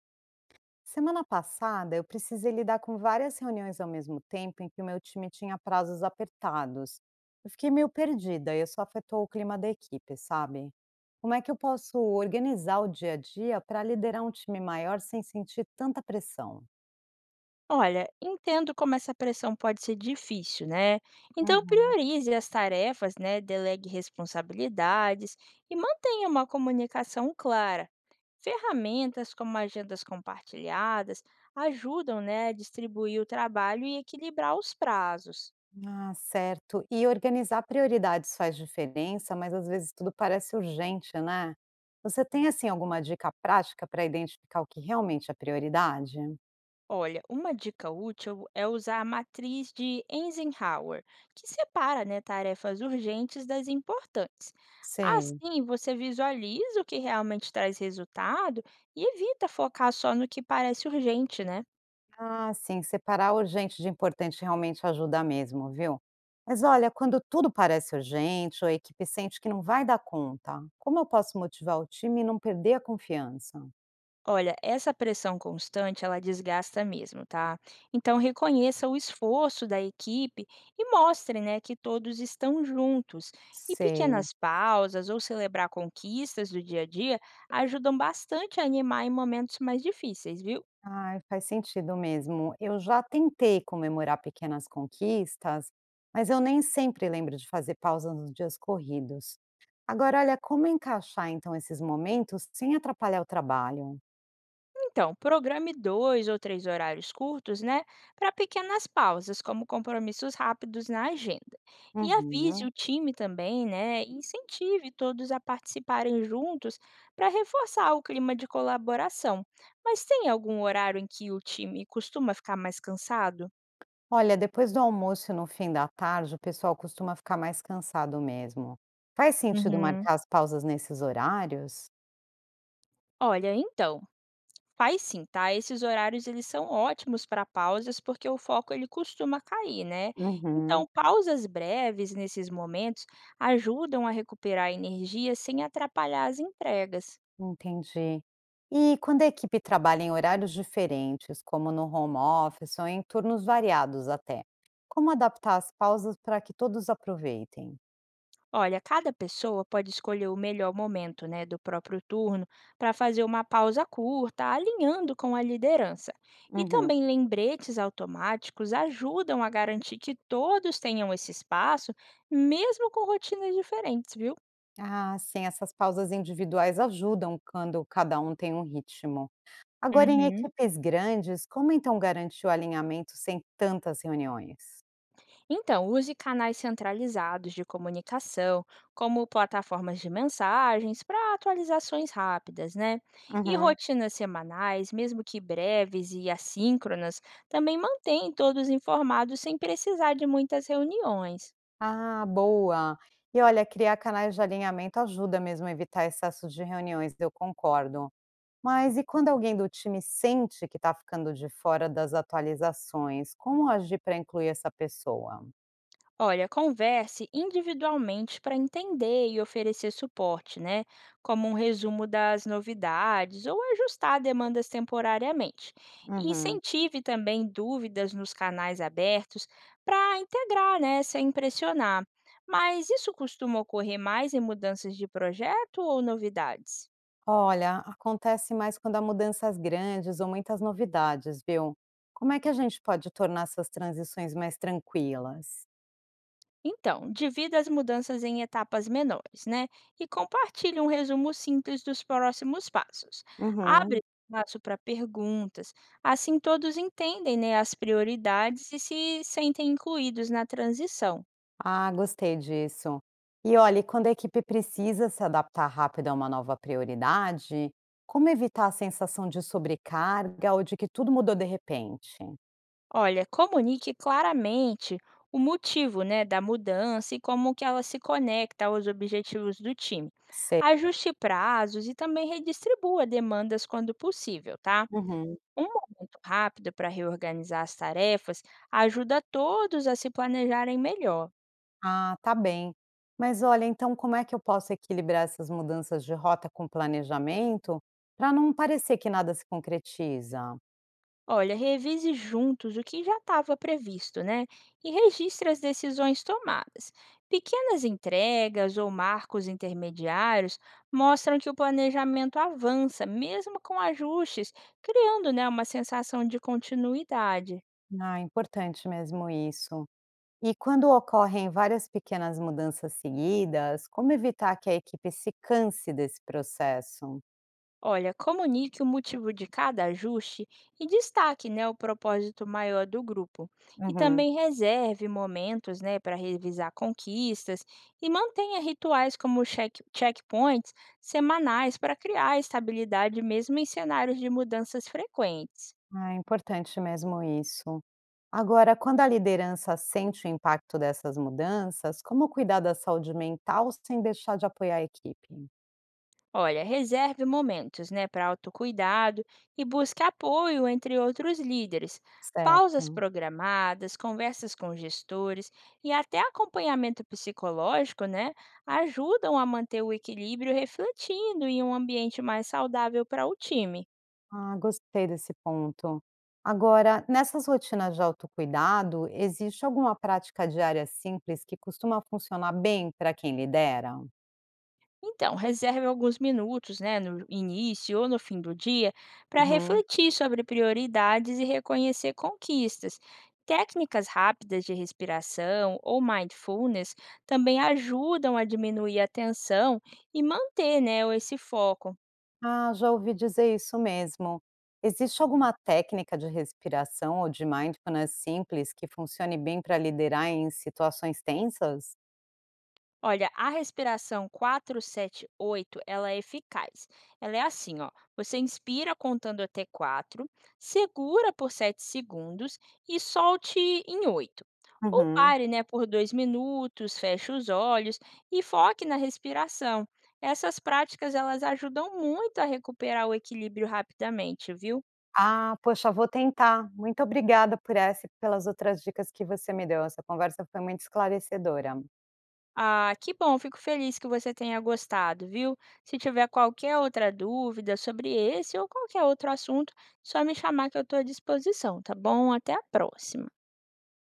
Semana passada, eu precisei lidar com várias reuniões ao mesmo tempo em que o meu time tinha prazos apertados. Eu fiquei meio perdida e isso afetou o clima da equipe, sabe? Como é que eu posso organizar o dia a dia para liderar um time maior sem sentir tanta pressão? Olha, entendo como essa pressão pode ser difícil, né? Então Uhum. priorize as tarefas, né? Delegue responsabilidades e mantenha uma comunicação clara. Ferramentas como agendas compartilhadas ajudam, né, a distribuir o trabalho e equilibrar os prazos. Ah, certo. E organizar prioridades faz diferença, mas às vezes tudo parece urgente, né? Você tem assim alguma dica prática para identificar o que realmente é prioridade? Olha, uma dica útil é usar a matriz de Eisenhower, que separa, né, tarefas urgentes das importantes. Sim. Assim, você visualiza o que realmente traz resultado e evita focar só no que parece urgente, né? Ah, sim, separar urgente de importante realmente ajuda mesmo, viu? Mas olha, quando tudo parece urgente ou a equipe sente que não vai dar conta, como eu posso motivar o time e não perder a confiança? Olha, essa pressão constante, ela desgasta mesmo, tá? Então reconheça o esforço da equipe e mostre, né, que todos estão juntos. E Sei. pequenas pausas ou celebrar conquistas do dia a dia ajudam bastante a animar em momentos mais difíceis, viu? Ai, faz sentido mesmo. Eu já tentei comemorar pequenas conquistas, mas eu nem sempre lembro de fazer pausas nos dias corridos. Agora, olha, como encaixar então esses momentos sem atrapalhar o trabalho? Então, programe dois ou três horários curtos, né, para pequenas pausas, como compromissos rápidos na agenda. E avise Uhum. o time também, né, e incentive todos a participarem juntos para reforçar o clima de colaboração. Mas tem algum horário em que o time costuma ficar mais cansado? Olha, depois do almoço e no fim da tarde, o pessoal costuma ficar mais cansado mesmo. Faz sentido Uhum. marcar as pausas nesses horários? Olha, então, faz sim, tá? Esses horários, eles são ótimos para pausas porque o foco, ele costuma cair, né? Então, Uhum, pausas breves nesses momentos ajudam a recuperar a energia sem atrapalhar as entregas. entendi. E quando a equipe trabalha em horários diferentes, como no home office ou em turnos variados até, como adaptar as pausas para que todos aproveitem? Olha, cada pessoa pode escolher o melhor momento, né, do próprio turno para fazer uma pausa curta, alinhando com a liderança. E Uhum. também lembretes automáticos ajudam a garantir que todos tenham esse espaço, mesmo com rotinas diferentes, viu? Ah, sim, essas pausas individuais ajudam quando cada um tem um ritmo. Agora, em Uhum. equipes grandes, como então garantir o alinhamento sem tantas reuniões? Então, use canais centralizados de comunicação, como plataformas de mensagens, para atualizações rápidas, né? E Uhum. rotinas semanais, mesmo que breves e assíncronas, também mantém todos informados sem precisar de muitas reuniões. Ah, boa! E olha, criar canais de alinhamento ajuda mesmo a evitar excessos de reuniões, eu concordo. Mas e quando alguém do time sente que está ficando de fora das atualizações, como agir para incluir essa pessoa? Olha, converse individualmente para entender e oferecer suporte, né? Como um resumo das novidades ou ajustar demandas temporariamente. E Uhum. incentive também dúvidas nos canais abertos para integrar, né? Sem pressionar. Mas isso costuma ocorrer mais em mudanças de projeto ou novidades? Olha, acontece mais quando há mudanças grandes ou muitas novidades, viu? Como é que a gente pode tornar essas transições mais tranquilas? Então, divida as mudanças em etapas menores, né? E compartilhe um resumo simples dos próximos passos. Uhum. Abre espaço para perguntas, assim todos entendem, né, as prioridades e se sentem incluídos na transição. Ah, gostei disso. E olha, e quando a equipe precisa se adaptar rápido a uma nova prioridade, como evitar a sensação de sobrecarga ou de que tudo mudou de repente? Olha, comunique claramente o motivo, né, da mudança e como que ela se conecta aos objetivos do time. Sei. Ajuste prazos e também redistribua demandas quando possível, tá? Uhum. Um momento rápido para reorganizar as tarefas ajuda todos a se planejarem melhor. Ah, tá bem. Mas olha, então como é que eu posso equilibrar essas mudanças de rota com planejamento para não parecer que nada se concretiza? Olha, revise juntos o que já estava previsto, né? E registre as decisões tomadas. Pequenas entregas ou marcos intermediários mostram que o planejamento avança, mesmo com ajustes, criando, né, uma sensação de continuidade. Ah, importante mesmo isso. E quando ocorrem várias pequenas mudanças seguidas, como evitar que a equipe se canse desse processo? Olha, comunique o motivo de cada ajuste e destaque, né, o propósito maior do grupo. E Uhum. também reserve momentos, né, para revisar conquistas e mantenha rituais como checkpoints semanais para criar estabilidade mesmo em cenários de mudanças frequentes. Ah, é importante mesmo isso. Agora, quando a liderança sente o impacto dessas mudanças, como cuidar da saúde mental sem deixar de apoiar a equipe? Olha, reserve momentos, né, para autocuidado e busque apoio entre outros líderes. Pausas Certo. programadas, conversas com gestores e até acompanhamento psicológico, né, ajudam a manter o equilíbrio, refletindo em um ambiente mais saudável para o time. Ah, gostei desse ponto. Agora, nessas rotinas de autocuidado, existe alguma prática diária simples que costuma funcionar bem para quem lidera? Então, reserve alguns minutos, né, no início ou no fim do dia, para Uhum. refletir sobre prioridades e reconhecer conquistas. Técnicas rápidas de respiração ou mindfulness também ajudam a diminuir a tensão e manter, né, esse foco. Ah, já ouvi dizer isso mesmo. Existe alguma técnica de respiração ou de mindfulness simples que funcione bem para liderar em situações tensas? Olha, a respiração 4-7-8, ela é eficaz. Ela é assim, ó. Você inspira contando até 4, segura por 7 segundos e solte em 8. Ou Uhum. pare, né, por 2 minutos, feche os olhos e foque na respiração. Essas práticas, elas ajudam muito a recuperar o equilíbrio rapidamente, viu? Ah, poxa, vou tentar. Muito obrigada por essa e pelas outras dicas que você me deu. Essa conversa foi muito esclarecedora. Ah, que bom, fico feliz que você tenha gostado, viu? Se tiver qualquer outra dúvida sobre esse ou qualquer outro assunto, só me chamar que eu estou à disposição, tá bom? Até a próxima.